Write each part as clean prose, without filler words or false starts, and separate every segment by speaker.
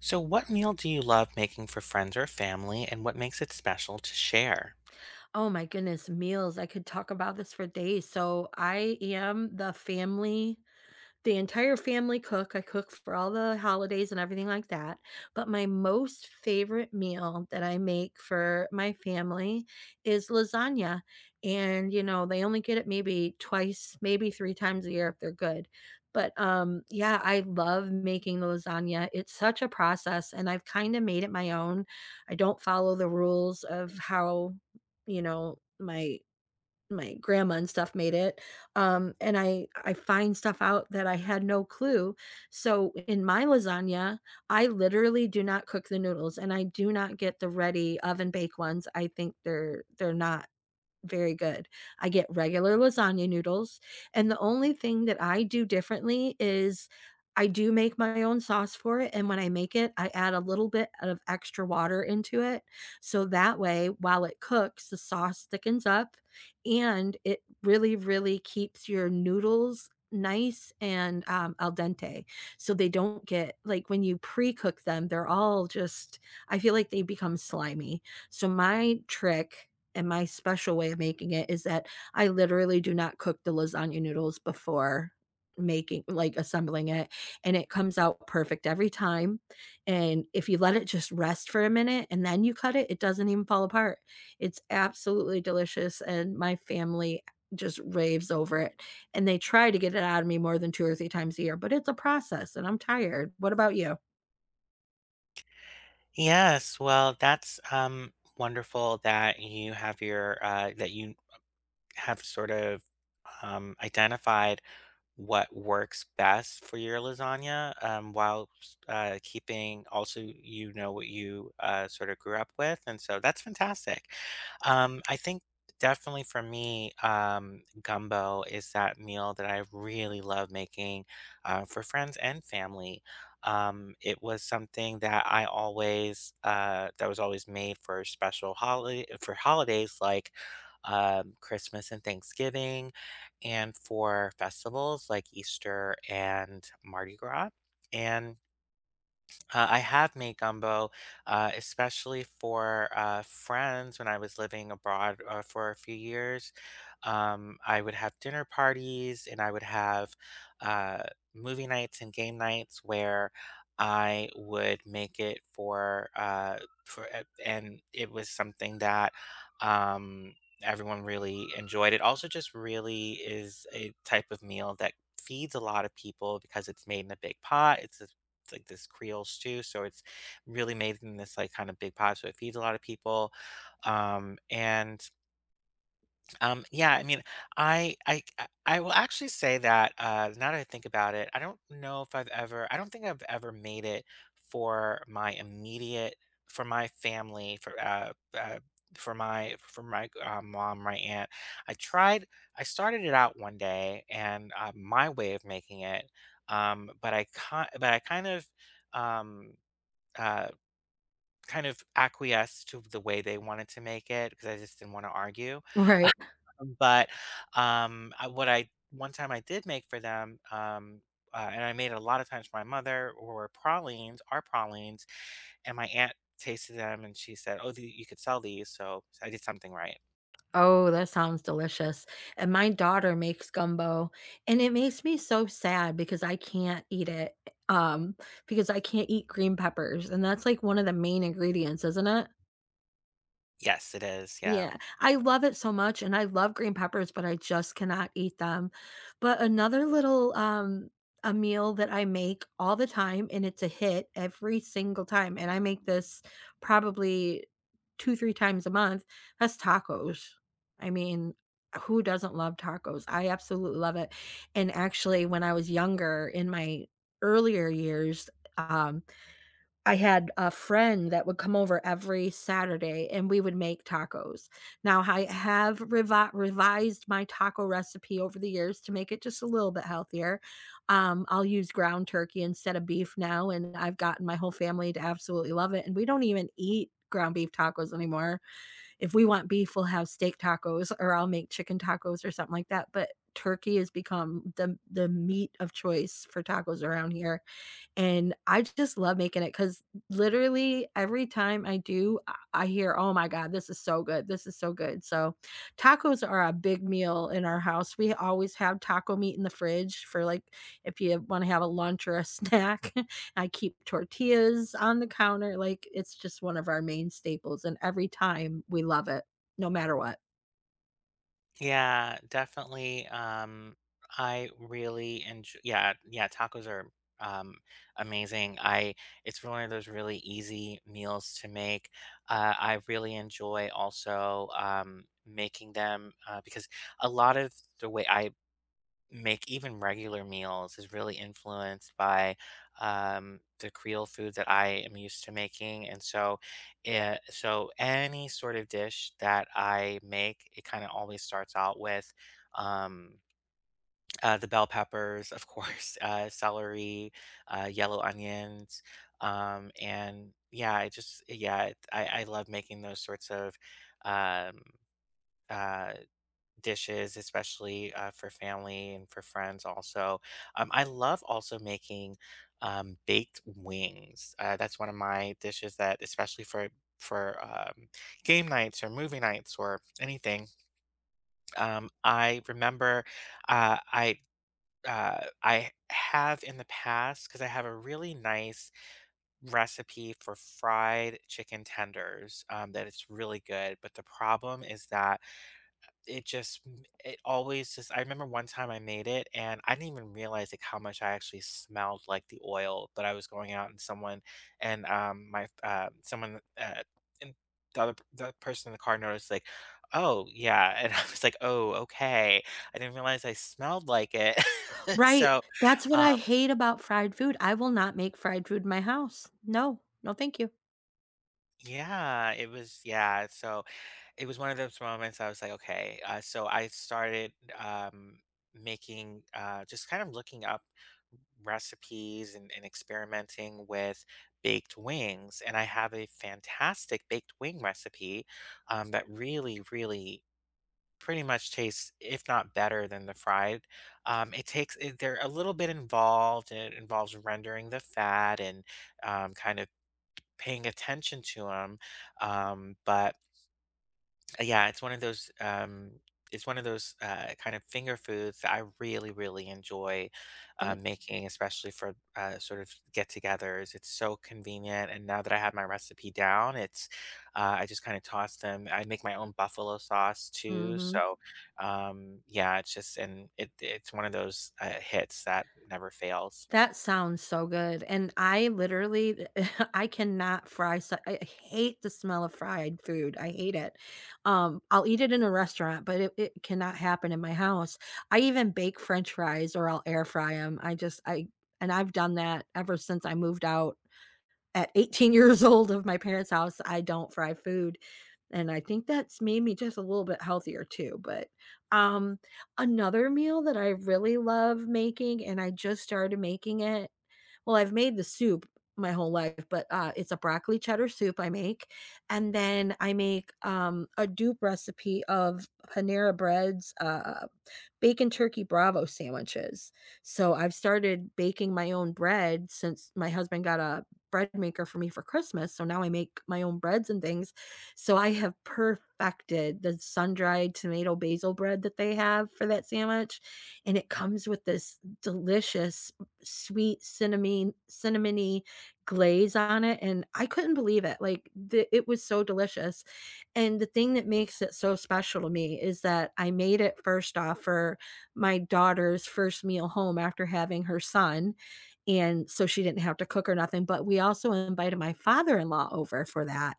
Speaker 1: So, what meal do you love making for friends or family, and what makes it special to share?
Speaker 2: Oh my goodness, meals. I could talk about this for days. So I am the family the entire family cook. I cook for all the holidays and everything like that, but my most favorite meal that I make for my family is lasagna, and, you know, they only get it maybe twice, maybe 3 times a year if they're good, but, yeah, I love making the lasagna. It's such a process, and I've kinda made it my own. I don't follow the rules of how, you know, my grandma and stuff made it. Um, and I I find stuff out that I had no clue. So in my lasagna, I literally do not cook the noodles, and I do not get the ready oven bake ones. I think they're not very good. I get regular lasagna noodles, and the only thing that I do differently is I do make my own sauce for it, and when I make it, I add a little bit of extra water into it, so that way, while it cooks, the sauce thickens up, and it really, really keeps your noodles nice and, al dente, so they don't get like, when you pre-cook them, they're all just I feel like they become slimy. So my trick and my special way of making it is that I literally do not cook the lasagna noodles before making like assembling it, and it comes out perfect every time. And if you let it just rest for a minute and then you cut it, it doesn't even fall apart. It's absolutely delicious, and my family just raves over it, and they try to get it out of me more than 2 or 3 times a year, but it's a process and I'm tired. What about you?
Speaker 1: Yes, well, that's wonderful that you have your that you have sort of identified what works best for your lasagna, while s keeping also you know what you, sort of grew up with, and so that's fantastic. I think definitely for me, gumbo is that meal that I really love making, for friends and family. It was something that I always, that was always made for special holiday for holidays like, Christmas and Thanksgiving and for festivals like Easter and Mardi Gras. And I have made gumbo, especially for friends when I was living abroad for a few years. I would have dinner parties and I would have uh, movie nights and game nights where I would make it for, and it was something that um, everyone really enjoyed. It also just really is a type of meal that feeds a lot of people because it's made in a big pot. It's like this Creole stew, so it's really made in this like kind of big pot, so it feeds a lot of people. And yeah, I mean, I will actually say that now that I think about it, I don't think I've ever made it for my immediate, for my family, uh, for my mom, my aunt. I tried, I started it out one day, and my way of making it, but I can but I um, uh, kind of acquiesced to the way they wanted to make it because I just didn't want to argue.
Speaker 2: Right.
Speaker 1: But, I one time I did make for them, and I made it a lot of times for my mother were pralines, and my aunt tasted them and she said, "Oh, the you could sell these," so I did something right.
Speaker 2: Oh, that sounds delicious. And my daughter makes gumbo, and it makes me so sad because I can't eat it, um, because I can't eat green peppers, and that's like one of the main ingredients, isn't it?
Speaker 1: Yes, it is, yeah.
Speaker 2: Yeah, I love it so much, and I love green peppers, but I just cannot eat them. But another little, a meal that I make all the time, and it's a hit every single time, and I make this probably 2, 3 times a month, that's tacos. I mean, who doesn't love tacos? I absolutely love it. And actually, when I was younger in my earlier years, um, I had a friend that would come over every Saturday and we would make tacos. Now, I have revised my taco recipe over the years to make it just a little bit healthier. I'll use ground turkey instead of beef now, and I've gotten my whole family to absolutely love it. And we don't even eat ground beef tacos anymore. If we want beef, we'll have steak tacos or I'll make chicken tacos or something like that. But turkey has become the meat of choice for tacos around here, and I just love making it because literally every time I do, I hear, "Oh my god, this is so good, this is so good." So, tacos are a big meal in our house. We always have taco meat in the fridge for, like, if you wanna have a lunch or a snack. I keep tortillas on the counter, like, it's just one of our main staples, and every time we love it, no matter what.
Speaker 1: Yeah, definitely. I really enjoy. Yeah, yeah, tacos are um amazing. I It's one of those really easy meals to make. I really enjoy also making them because a lot of the way I make even regular meals is really influenced by the Creole foods that I am used to making, and so, so any sort of dish that I make, it kind of always starts out with um, the bell peppers, of course, celery, yellow onions, and yeah, I just yeah, it, I love making those sorts of um, uh, dishes, especially for family and for friends. Also, I love also making baked wings. That's one of my dishes that, especially for game nights or movie nights or anything. I remember uh, I. I have in the past because I have a really nice recipe for fried chicken tenders that it's really good. But the problem is that it just m it always just I remember one time I made it, and I didn't even realize, like, how much I actually smelled like the oil, but I was going out and someone and, my someone, and the other person in the car noticed, like, "Oh, yeah," and I was like, "Oh, okay." I didn't realize I smelled like it.
Speaker 2: Right,
Speaker 1: So,
Speaker 2: that's what I
Speaker 1: um
Speaker 2: hate about fried food. I will not make fried food in my house. No, no, thank you.
Speaker 1: yeah, it was yeah, so it was one of those moments I was like, okay. So I started making, just kind of looking up recipes and experimenting with baked wings. And I have a fantastic baked wing recipe that really, really pretty much tastes, if not better than the fried. They're a little bit involved and it involves rendering the fat and kind of paying attention to them. But Yeah, it's one of those, it's one of those, kind of finger foods that I really, really enjoy,
Speaker 2: But
Speaker 1: making, especially for, sort of get-togethers. It's so convenient, and now that I have my recipe down, I just kinda toss them. I make my own buffalo sauce too,
Speaker 2: mhm.
Speaker 1: so, yeah, it's just and it's one of those, hits that never fails.
Speaker 2: That sounds so good, and I literally I cannot fry, so I hate the smell of fried food, I hate it. I'll eat it in a restaurant, but it cannot happen in my house. I even bake french fries or I'll air fry them. I just I and I've done that ever since I moved out at 18 years old of my parents' house. I don't fry food. And I think that's made me just a little bit healthier too. But um, another meal that I really love making, and I just started making it. Well, I've made the soup my whole life, but it's a broccoli cheddar soup I make. And then I make a dupe recipe of Panera Bread's bacon turkey bravo sandwiches. So I've started baking my own bread since my husband got a bread maker for me for Christmas. So now I make my own breads and things. So I have perfected the sun-dried tomato basil bread that they have for that sandwich. And it comes with this delicious sweet cinnamony glaze on it. And I couldn't believe it. Like the, it was so delicious. And the thing that makes it so special to me is that I made it first off for my daughter's first meal home after having her son. And so she didn't have to cook or nothing. But we also invited my father in law over for that.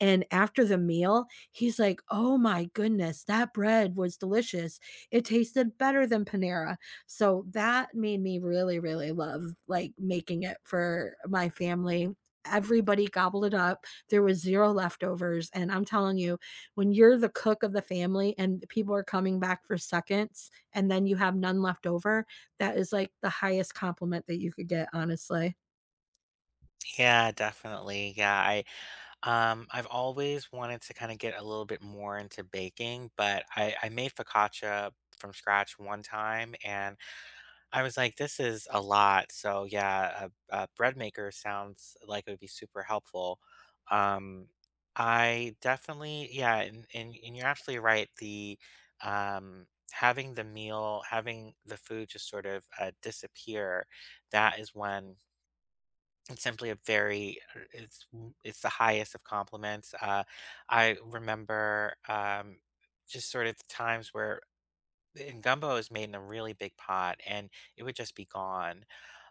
Speaker 2: And after the meal, he's like, "Oh my goodness, that bread was delicious. It tasted better than Panera." So that made me really, really love like making it for my family. Everybody gobbled it up. There was zero leftovers, and I'm telling you, when you're the cook of the family and people are coming back for seconds and then you have none left over, that is like the highest compliment that you could get, honestly.
Speaker 1: Yeah, definitely, I've always wanted to kinda get a little bit more into baking, but I made focaccia from scratch one time, and I was like, "This is a lot." So, yeah, a bread maker sounds like it would be super helpful. Um, I definitely yeah, and you're absolutely right. Having the meal, having the food just sort of, disappear, that is when it's simply a very it's w it's the highest of compliments, I remember, just sort of the times where and gumbo is made in a really big pot, and it would just be gone,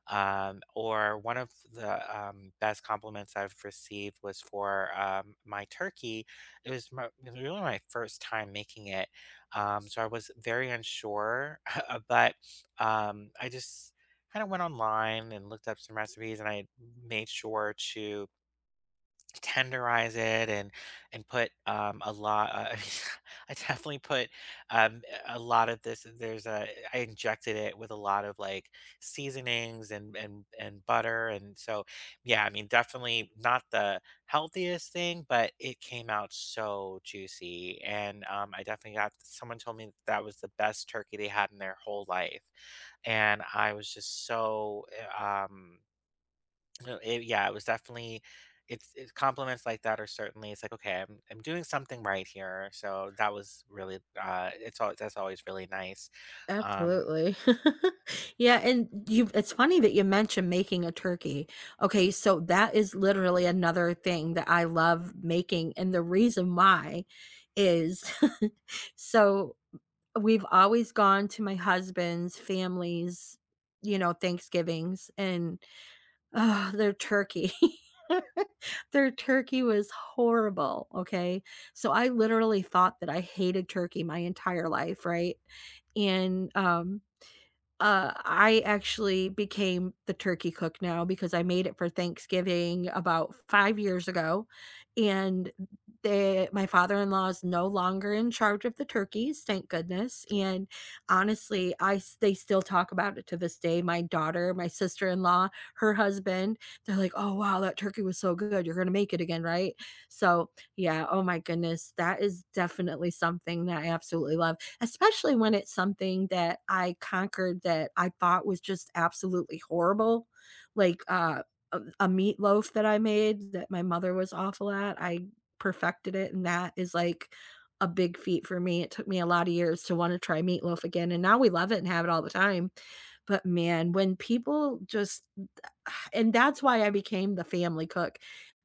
Speaker 1: or one of the best compliments I've received was for my turkey. It was really my first time making it. So I was very unsure, but I just kind of went online and looked up some recipes and I made sure to tenderize it and put a lot I definitely put a lot of this there's a I injected it with a lot of like seasonings and butter and so yeah, I mean, definitely not the healthiest thing, but it came out so juicy and I definitely got, someone told me that that was the best turkey they had in their whole life, and I was just so uh, um no, it yeah, it was definitely it's compliments like that are certainly, it's like, okay, I'm doing something right here. So that was really it's all that's always really nice. Um
Speaker 2: Absolutely. Yeah, and you it's funny that you mentioned making a turkey. Okay, so that is literally another thing that I love making, and the reason why is so we've always gone to my husband's family's, you know, Thanksgivings and, their turkey. Their turkey was horrible, okay? So, I literally thought that I hated turkey my entire life, right? And, I actually became the turkey cook now because I made it for Thanksgiving about 5 years ago, and they my father-in-law is no longer in charge of the turkeys, thank goodness, and honestly, I s they still talk about it to this day. My daughter, my sister-in-law, her husband, they're like, "Oh, wow, that turkey was so good. You're gonna make it again, right?" So, yeah, oh my goodness, that is definitely something that I absolutely love, especially when it's something that I conquered that I thought was just absolutely horrible, like a meatloaf that I made that my mother was awful at. I perfected it, and that is like a big feat for me. It took me a lot of years to want to try meatloaf again, and now we love it and have it all the time. But man, when people just and that's why I became the family cook.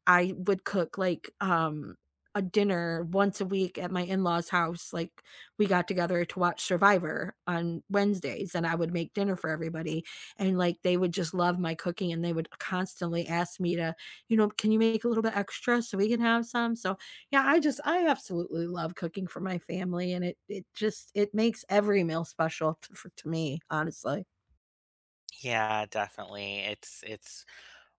Speaker 2: I would cook like a dinner once a week at my in-laws' house. Like we got together to watch Survivor on Wednesdays and I would make dinner for everybody, and like they would just love my cooking and they would constantly ask me to, you know, can you make a little bit extra so we can have some? So, yeah, I just I absolutely love cooking for my family, and it just it makes every meal special to, for, to me, honestly.
Speaker 1: yeah, Definitely. It's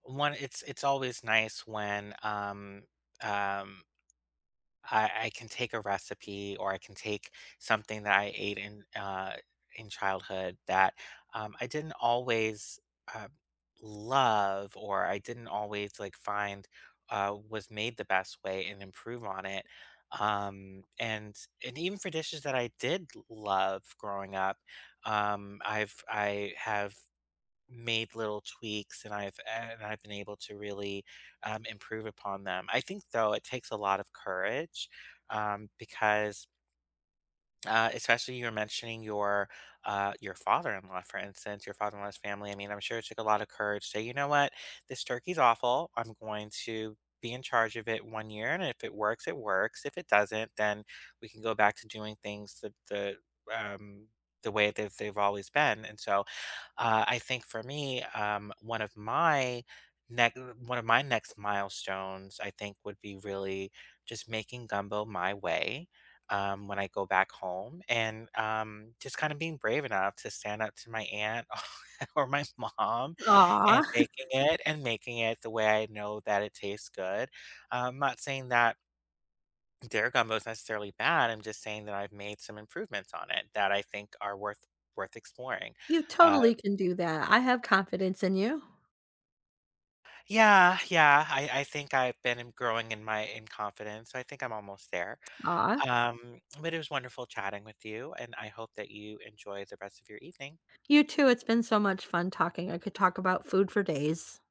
Speaker 1: one it's always nice when um I can take a recipe or I can take something that I ate in childhood that I didn't always uh, love or I didn't always like find was made the best way and improve on it. Um, and and even for dishes that I did love growing up, I have made little tweaks and I've been able to really improve upon them. I think though it takes a lot of courage because especially you were mentioning your father-in-law, for instance, your father-in-law's family. I mean, I'm sure it took a lot of courage to say, you know what, this turkey's awful. I'm going to be in charge of it one year, and if it works, it works. If it doesn't, then we can go back to doing things um, the way that they've always been. And so I think for me, one of my next milestones, I think, would be really just making gumbo my way when I go back home, and just kind of being brave enough to stand up to my aunt or my mom,
Speaker 2: Aw.
Speaker 1: and making it the way I know that it tastes good. I'm not saying that. Their gumbo is necessarily bad. I'm just saying that I've made some improvements on it that I think are worth exploring.
Speaker 2: You totally can do that. I have confidence in you.
Speaker 1: Yeah, yeah. I think I've been growing in my in confidence. So I think I'm almost there.
Speaker 2: Aw.
Speaker 1: But it was wonderful chatting with you, and I hope that you enjoy the rest of your evening.
Speaker 2: You too, it's been so much fun talking. I could talk about food for days.